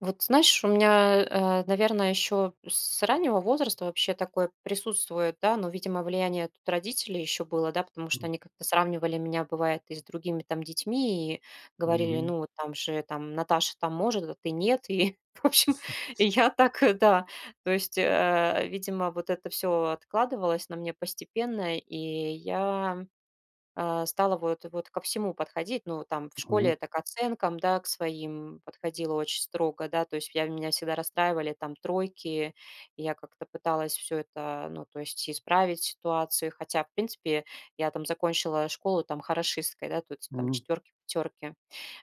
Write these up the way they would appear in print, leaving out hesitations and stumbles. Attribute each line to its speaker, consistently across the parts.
Speaker 1: Вот знаешь, у меня, наверное, еще с раннего возраста вообще такое присутствует, да, но, видимо, влияние тут родителей еще было, да, потому что
Speaker 2: М,
Speaker 1: они как-то сравнивали меня, бывает, и с другими там детьми, и говорили,
Speaker 2: мгм,
Speaker 1: ну, вот там же там Наташа там может, а ты нет, и, в общем, и я так, да, то есть, видимо, вот это все откладывалось на мне постепенно, и я стала вот ко всему подходить. Ну, там, в школе
Speaker 2: мгм,
Speaker 1: это к оценкам, да, к своим подходила очень строго, да, то есть я меня всегда расстраивали там тройки, и я как-то пыталась все это, ну, то есть исправить ситуацию, хотя, в принципе, я там закончила школу там хорошисткой, да, тут там
Speaker 2: мгм,
Speaker 1: четверки, пятерки.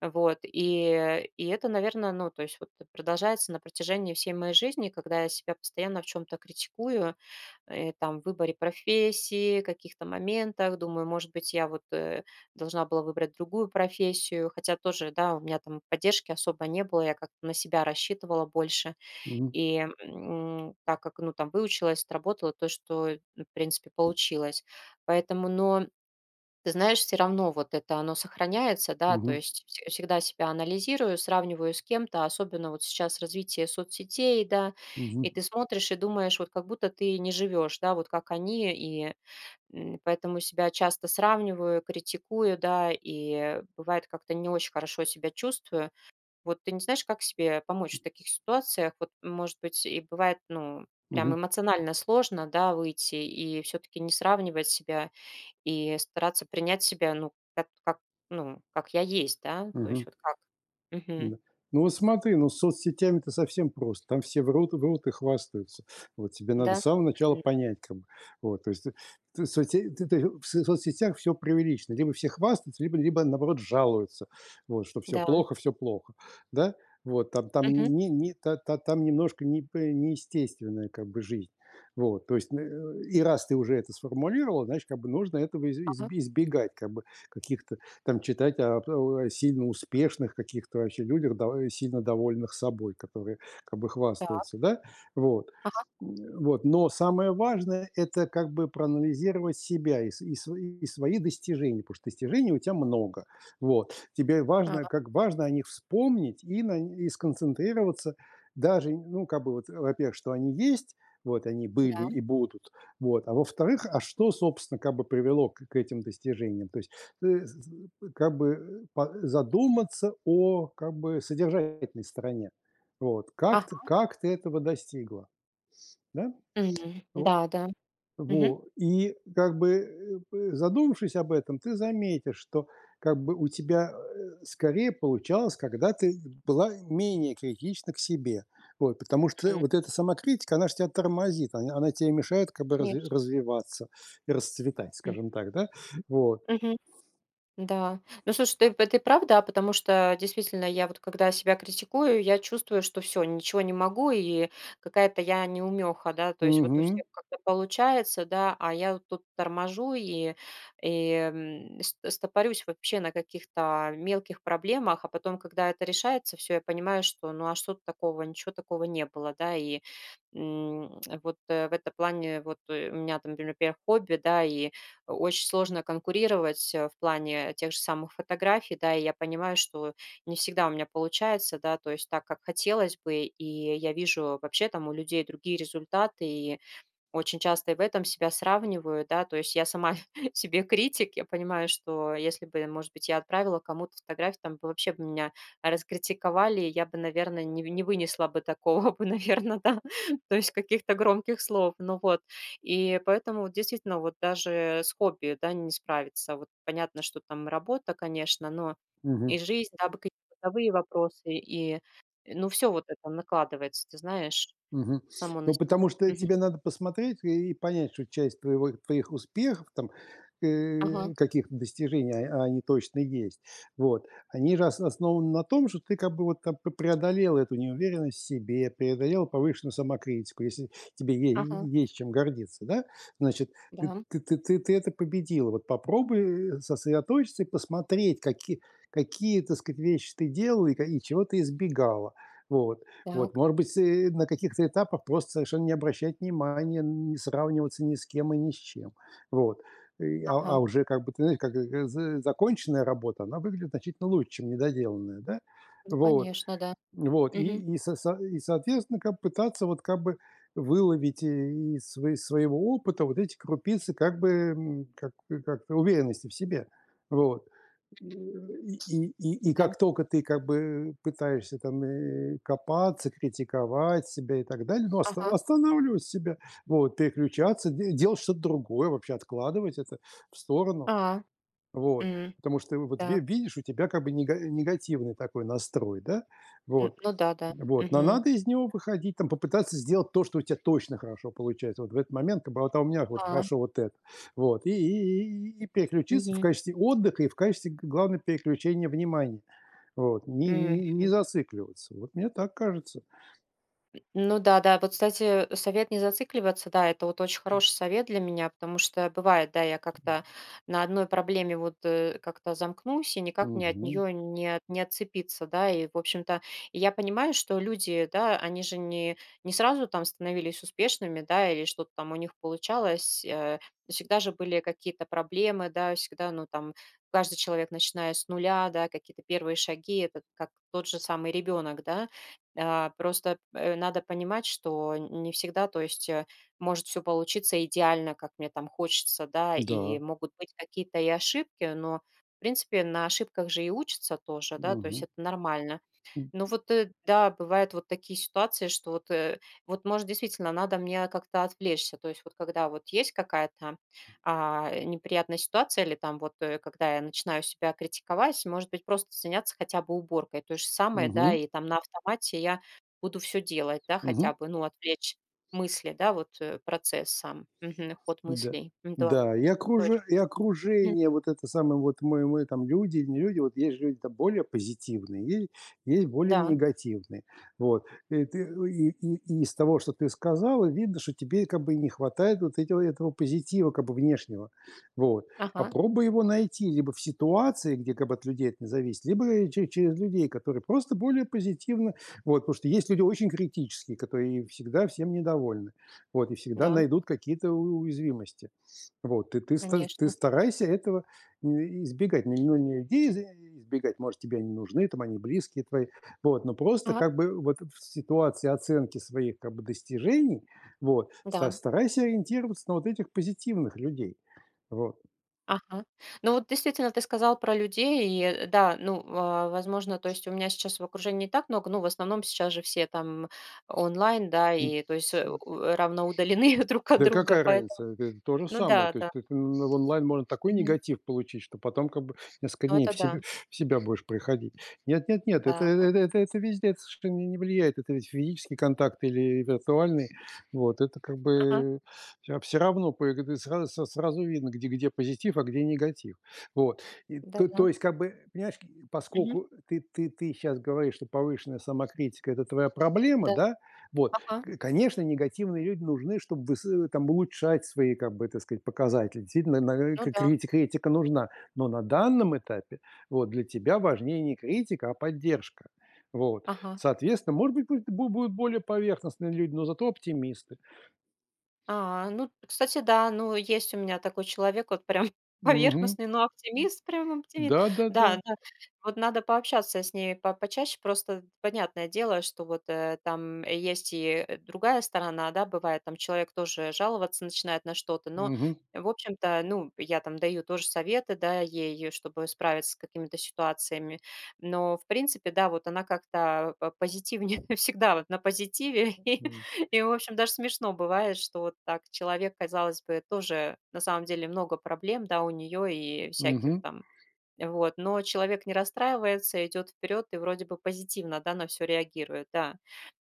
Speaker 1: Вот, и это, наверное, ну, то есть вот продолжается на протяжении всей моей жизни, когда я себя постоянно в чем то критикую, там, выборе профессии, каких-то моментах. Думаю, может быть, я вот должна была выбрать другую профессию, хотя тоже, да, у меня там поддержки особо не было, я как-то на себя рассчитывала больше.
Speaker 2: мгм,
Speaker 1: И так как, ну, там выучилась, отработала то, что, в принципе, получилось. Поэтому, но ты знаешь, все равно вот это оно сохраняется, да, то
Speaker 2: мгм,
Speaker 1: есть вс всегда себя анализирую, сравниваю с кем-то, особенно вот сейчас развитие соцсетей, да, и ты смотришь и думаешь, вот как будто ты не живешь, да, вот как они, и, поэтому себя часто сравниваю, критикую, да, и бывает как-то не очень хорошо себя чувствую. Вот ты не знаешь, как себе помочь в таких ситуациях? Вот, может быть, и бывает, ну, прям
Speaker 2: мгм,
Speaker 1: эмоционально сложно, да, выйти и все таки не сравнивать себя и стараться принять себя, ну, как, ну, как я есть, да, то есть
Speaker 2: мгм.
Speaker 1: вот как.
Speaker 2: Да.
Speaker 1: Мгм.
Speaker 2: Ну вот смотри, ну с соцсетями-то совсем просто. Там все врут, врут и хвастаются. Вот тебе надо с
Speaker 1: Да.
Speaker 2: самого начала
Speaker 1: Мгм.
Speaker 2: понять, как бы. Вот, то есть ты в соцсетях все преувеличено. Либо все хвастаются, либо наоборот жалуются, вот, что
Speaker 1: Да.
Speaker 2: все плохо, да? Вот, там, там,
Speaker 1: Мгм.
Speaker 2: не, не, та- та- там немножко не, п- неестественная как бы жизнь. Вот, то есть, и раз ты уже это сформулировал, значит, как бы нужно этого из- из-
Speaker 1: Ага.
Speaker 2: избегать, как бы каких-то там читать о сильно успешных каких-то вообще людях, сильно довольных собой, которые как бы
Speaker 1: Так.
Speaker 2: хвастаются, да. Вот.
Speaker 1: Ага.
Speaker 2: Вот, но самое важное — это как бы проанализировать себя и свои достижения, потому что достижений у тебя много. Вот. Тебе
Speaker 1: А,
Speaker 2: важно о них вспомнить и на нь и сконцентрироваться даже, ну, как бы вот, во-первых, что они есть, вот, они были
Speaker 1: да.
Speaker 2: и будут, вот, а во-вторых, а что, собственно, как бы привело к этим достижениям. То есть ты как бы э, по задуматься о, как бы, содержательной стороне. Вот. Как ты
Speaker 1: Ага.
Speaker 2: как ты этого достигла, да?
Speaker 1: М.
Speaker 2: Во
Speaker 1: Да, да. Мгм.
Speaker 2: во. И как бы, задумавшись об этом, ты заметишь, что как бы у тебя, скорее получалось, когда ты была менее критична к себе. Вот. Потому что
Speaker 1: М.
Speaker 2: вот эта самокритика, она же тебя тормозит, она тебе мешает как бы разви
Speaker 1: Конечно.
Speaker 2: развиваться и расцветать,
Speaker 1: М.
Speaker 2: скажем так, да? Вот.
Speaker 1: Мгм. Да. Ну, слушай, ты прав, да, потому что действительно я вот когда себя критикую, я чувствую, что все, ничего не могу и какая-то я неумеха, да. То есть вот у
Speaker 2: Мгм.
Speaker 1: всех как-то получается, да, а я вот тут торможу и, ст стопорюсь вообще на каких-то мелких проблемах, а потом, когда это решается все, я понимаю, что ну а что тут такого, ничего такого не было, да. И, вот, в этом плане вот, у меня там, например, хобби, да, и очень сложно конкурировать, в плане тех же самых фотографий, да. И я понимаю, что не всегда у меня получается, да, то есть так, как хотелось бы. И я вижу вообще там у людей другие результаты, и очень часто и в этом себя сравниваю, да, то есть я сама себе критик, я понимаю, что если бы, может быть, я отправила кому-то фотографию, там бы вообще бы меня раскритиковали, я бы, наверное, не вынесла бы такого бы, наверное, да, то есть каких-то громких слов, ну вот, и поэтому вот действительно вот даже с хобби, да, не справиться, вот понятно, что там работа, конечно, но
Speaker 2: Мгм.
Speaker 1: и жизнь, да, какие-то бытовые вопросы, и, ну, все вот это накладывается, ты знаешь,
Speaker 2: Мгм.
Speaker 1: само на
Speaker 2: Ну,
Speaker 1: себя.
Speaker 2: потому что
Speaker 1: Мгм.
Speaker 2: тебе надо посмотреть и понять, что часть твоего твоих успехов, там,
Speaker 1: Ага.
Speaker 2: каких-то достижений, а они точно есть. Вот. Они же ос основаны на том, что ты как бы вот там преодолел эту неуверенность в себе, преодолел повышенную самокритику, если тебе е
Speaker 1: Ага,
Speaker 2: есть чем гордиться, да. Значит, ты
Speaker 1: да,
Speaker 2: ты ты ты ты это победила. Вот попробуй, сосредоточиться и посмотреть, какие, так сказать, вещи ты делала и чего ты избегала. Вот. Вот,
Speaker 1: так,
Speaker 2: может быть, на каких-то этапах просто совершенно не обращать внимания, не сравниваться ни с кем и ни с чем. Вот. И, а
Speaker 1: ага,
Speaker 2: уже как бы, ты знаешь, как законченная работа, она выглядит значительно лучше, чем недоделанная, да?
Speaker 1: ну,
Speaker 2: Вот.
Speaker 1: конечно, да.
Speaker 2: Вот.
Speaker 1: Мгм,
Speaker 2: И соответственно, как пытаться вот как бы выловить из своего опыта вот эти крупицы как бы как, как-то уверенности в себе. Вот и
Speaker 1: да,
Speaker 2: как только ты как бы пытаешься там копаться, критиковать себя и так далее, ну,
Speaker 1: ага,
Speaker 2: останавливать себя, вот, переключаться, делать что-то другое, вообще откладывать это в сторону.
Speaker 1: а,
Speaker 2: Вот.
Speaker 1: м,
Speaker 2: Потому что вот ви
Speaker 1: так,
Speaker 2: видишь, у тебя как бы негативный такой настрой, да?
Speaker 1: н
Speaker 2: Вот.
Speaker 1: ну да, да,
Speaker 2: Вот. Но
Speaker 1: мгм,
Speaker 2: надо из него выходить, там, попытаться сделать то, что у тебя точно хорошо получается. Вот в этот момент как бы: "Вот, а у меня вот
Speaker 1: а,
Speaker 2: хорошо вот это". Вот. И переключиться в
Speaker 1: мгм,
Speaker 2: качестве отдыха и в качестве, г главное, переключения внимания. Вот. Не
Speaker 1: мгм.
Speaker 2: зацикливаться. Вот мне так кажется.
Speaker 1: Ну да, да. Вот, кстати, совет не зацикливаться, да, это вот очень хороший совет для меня, потому что бывает, да, я как-то на одной проблеме вот как-то замкнусь и никак мне от
Speaker 2: Мгм.
Speaker 1: нее не отцепиться, да, и, в общем-то, и я понимаю, что люди, да, они же не сразу там становились успешными, да, или что-то там у них получалось, всегда же были какие-то проблемы, да, всегда, ну, там, каждый человек, начиная с нуля, да, какие-то первые шаги, это как тот же самый ребенок, да, просто, надо понимать, что не всегда, то есть, может все получиться идеально, как мне там хочется, да, и
Speaker 2: Да.
Speaker 1: могут быть какие-то и ошибки, но, в принципе, на ошибках же и учатся тоже, да, то есть
Speaker 2: Мгм.
Speaker 1: это нормально.
Speaker 2: М.
Speaker 1: Ну вот, да, бывают вот такие ситуации, что вот, вот, может, действительно надо мне как-то отвлечься. То есть вот когда вот есть какая-то, неприятная ситуация или там вот, когда я начинаю себя критиковать, может быть, просто заняться хотя бы уборкой. То же самое, да,
Speaker 2: Мгм.
Speaker 1: и там на автомате я буду все делать, да,
Speaker 2: Мгм.
Speaker 1: хотя бы, ну, отвлечь мысли, да, вот, процесс сам, мгм, ход
Speaker 2: Да.
Speaker 1: мыслей. М, да,
Speaker 2: Да, и окружи
Speaker 1: точно.
Speaker 2: и
Speaker 1: Мгм.
Speaker 2: окружение, вот это самое, вот мы там люди, не люди, вот есть же люди-то более позитивные, е есть более
Speaker 1: Да,
Speaker 2: негативные. Вот. И ты и из того, что ты сказала, видно, что тебе как бы и не хватает вот этого позитива как бы внешнего. Вот.
Speaker 1: ага,
Speaker 2: Попробуй его найти либо в ситуации, где как бы от людей это не зависит, либо че через людей, которые просто более позитивно вот, потому что есть люди очень критические, которые всегда всем недовольны. Вот, и всегда
Speaker 1: да,
Speaker 2: найдут какие-то у уязвимости. Вот, и ты ста ты
Speaker 1: конечно.
Speaker 2: старайся этого и избегать. Ну, не людей избегать, может, тебе они нужны, там они близкие твои. Вот, но просто
Speaker 1: Ага,
Speaker 2: как бы вот в ситуации оценки своих как бы достижений, вот, ста
Speaker 1: да.
Speaker 2: старайся ориентироваться на вот этих позитивных людей. Вот.
Speaker 1: Ага. Ну вот действительно, ты сказал про людей, и да, ну, возможно, то есть у меня сейчас в окружении не так много, ну, в основном сейчас же все там онлайн, да,
Speaker 2: М.
Speaker 1: и то есть равно удалены друг от
Speaker 2: Да и
Speaker 1: друга,
Speaker 2: какая
Speaker 1: поэтому,
Speaker 2: разница? Это то же
Speaker 1: ну
Speaker 2: самое.
Speaker 1: да,
Speaker 2: То есть
Speaker 1: да,
Speaker 2: ты ты н в онлайн можно такой
Speaker 1: мгм,
Speaker 2: негатив получить, что потом как бы несколько
Speaker 1: ну
Speaker 2: дней
Speaker 1: это да,
Speaker 2: в себя будешь приходить. Нет, нет, нет, это
Speaker 1: да,
Speaker 2: это это это везде, это совершенно не влияет. Это ведь физический контакт или виртуальный. Вот это как
Speaker 1: ага,
Speaker 2: бы все равно по г сразу с сразу видно, где позитив, а где негатив. Вот. И
Speaker 1: да,
Speaker 2: то то
Speaker 1: да,
Speaker 2: есть как бы, понимаешь,
Speaker 1: мгм,
Speaker 2: поскольку ты сейчас говоришь, что повышенная самокритика — это твоя проблема,
Speaker 1: да,
Speaker 2: да? Вот.
Speaker 1: ага,
Speaker 2: К конечно, негативные люди нужны, чтобы там улучшать свои, как бы это сказать, показатели. Действительно,
Speaker 1: ну
Speaker 2: к
Speaker 1: да,
Speaker 2: крити критика нужна. Но на данном этапе, вот, для тебя важнее не критика, а поддержка. Вот.
Speaker 1: ага.
Speaker 2: Соответственно, может быть, будет бу будут более поверхностные люди, но зато оптимисты.
Speaker 1: А, ну, кстати, да, ну, есть у меня такой человек, вот прям
Speaker 2: Мгм.
Speaker 1: поверхностный, но оптимист, прям оптимист.
Speaker 2: Да-да-да.
Speaker 1: Да, да, вот надо пообщаться с ней по почаще, просто понятное дело, что вот там есть и другая сторона, да, бывает, там человек тоже жаловаться начинает на что-то, но,
Speaker 2: Мгм.
Speaker 1: в общем-то, ну, я там даю тоже советы, да, ей, чтобы справиться с какими-то ситуациями, но, в принципе, да, вот она как-то позитивнее, всегда вот на позитиве. И, в общем, даже смешно бывает, что вот так человек, казалось бы, тоже на самом деле много проблем, да, у нее и всяких
Speaker 2: Мгм.
Speaker 1: там вот, но человек не расстраивается, идет вперед и вроде бы позитивно, да, на все реагирует, да.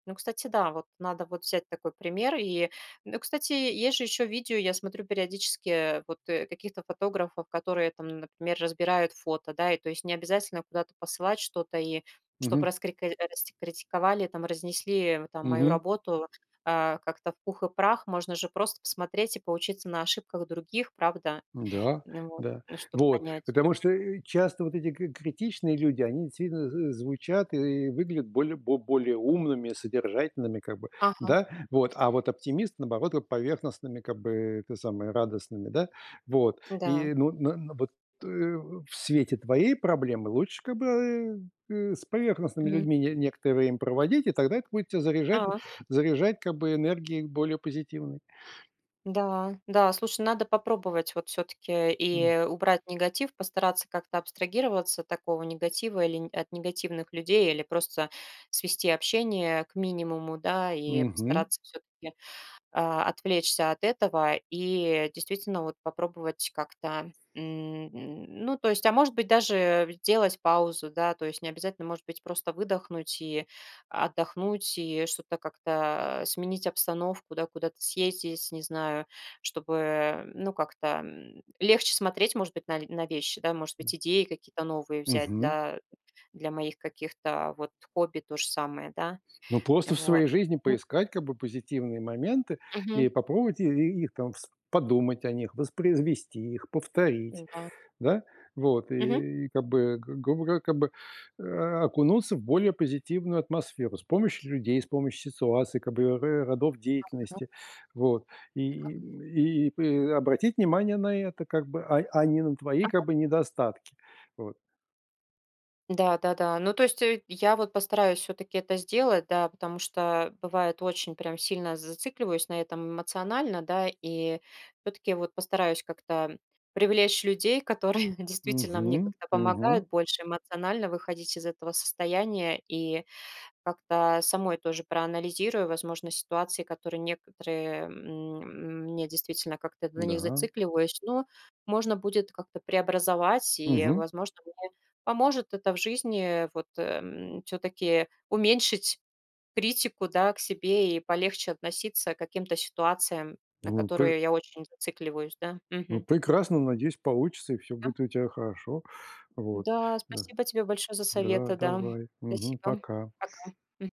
Speaker 1: Ну, кстати, да, вот надо вот взять такой пример. И, ну, кстати, есть же еще видео, я смотрю периодически вот каких-то фотографов, которые там, например, разбирают фото, да, и то есть не обязательно куда-то посылать что-то и
Speaker 2: Мгм.
Speaker 1: чтобы раскритиковали, там, разнесли там мою
Speaker 2: Мгм.
Speaker 1: работу как-то в пух и прах, можно же просто посмотреть и поучиться на ошибках других, правда.
Speaker 2: Да,
Speaker 1: Ну вот,
Speaker 2: да.
Speaker 1: ну, чтобы
Speaker 2: Вот.
Speaker 1: понять.
Speaker 2: Потому что, часто вот эти к критичные люди, они действительно з звучат и выглядят более бо более умными, содержательными, как бы,
Speaker 1: М.
Speaker 2: да. Вот. А вот оптимисты, наоборот, вот поверхностными, как бы, это самое, радостными, да. Вот.
Speaker 1: Да.
Speaker 2: И, ну, в свете твоей проблемы лучше, как бы, с поверхностными
Speaker 1: Мгм.
Speaker 2: людьми не некоторое время проводить, и тогда это будет тя заряжать
Speaker 1: А,
Speaker 2: заряжать, как бы, энергией более позитивной.
Speaker 1: да, да, слушай, надо попробовать вот все таки
Speaker 2: М.
Speaker 1: и убрать негатив, постараться как-то абстрагироваться от такого негатива или н от негативных людей, или просто свести общение к минимуму, да, и
Speaker 2: Мгм.
Speaker 1: постараться все таки отвлечься от этого и действительно вот попробовать как-то, ну, то есть, а может быть, даже сделать паузу, да, то есть не обязательно, может быть, просто выдохнуть и отдохнуть, и что-то как-то сменить обстановку, да, куда-то съездить, не знаю, чтобы, ну, как-то легче смотреть, может быть, на вещи, да, может быть, идеи какие-то новые взять
Speaker 2: Мгм.
Speaker 1: для, для моих каких-то вот хобби, то же самое, да,
Speaker 2: Ну, просто в
Speaker 1: вот.
Speaker 2: своей жизни
Speaker 1: Мгм.
Speaker 2: поискать как бы позитивные моменты
Speaker 1: Мгм.
Speaker 2: и попробовать и их там вс подумать о них, воспроизвести их, повторить,
Speaker 1: Да.
Speaker 2: да. Вот
Speaker 1: Мгм.
Speaker 2: и как бы, г грубо говоря, как бы, окунуться в более позитивную атмосферу с помощью людей, с помощью ситуаций, как бы ро родов
Speaker 1: Ну,
Speaker 2: деятельности. Вот
Speaker 1: да.
Speaker 2: и п обратить внимание на это как бы, а не на твои
Speaker 1: Ага.
Speaker 2: как бы недостатки. Вот.
Speaker 1: Да-да-да. Ну, то есть, я вот постараюсь все таки это сделать, да, потому что бывает очень прям сильно зацикливаюсь на этом эмоционально, да, и все таки вот постараюсь как-то привлечь людей, которые действительно мне
Speaker 2: Мгм,
Speaker 1: как-то
Speaker 2: мгм,
Speaker 1: помогают больше эмоционально выходить из этого состояния. И как-то самой тоже проанализирую, возможно, ситуации, которые некоторые, мне действительно как-то на них
Speaker 2: да,
Speaker 1: зацикливаюсь, но можно будет как-то преобразовать, и,
Speaker 2: мгм.
Speaker 1: возможно, мне поможет это в жизни вот все-таки уменьшить критику, да, к себе и полегче относиться к каким-то ситуациям, на
Speaker 2: Ну,
Speaker 1: которые я очень зацикливаюсь, да.
Speaker 2: Ну,
Speaker 1: Мгм.
Speaker 2: прекрасно, надеюсь, получится, и все будет у тебя хорошо. Вот.
Speaker 1: Да,
Speaker 2: Да,
Speaker 1: спасибо тебе большое за
Speaker 2: да,
Speaker 1: советы, да.
Speaker 2: давай. Мгм.
Speaker 1: Спасибо.
Speaker 2: Пока.
Speaker 1: Пока.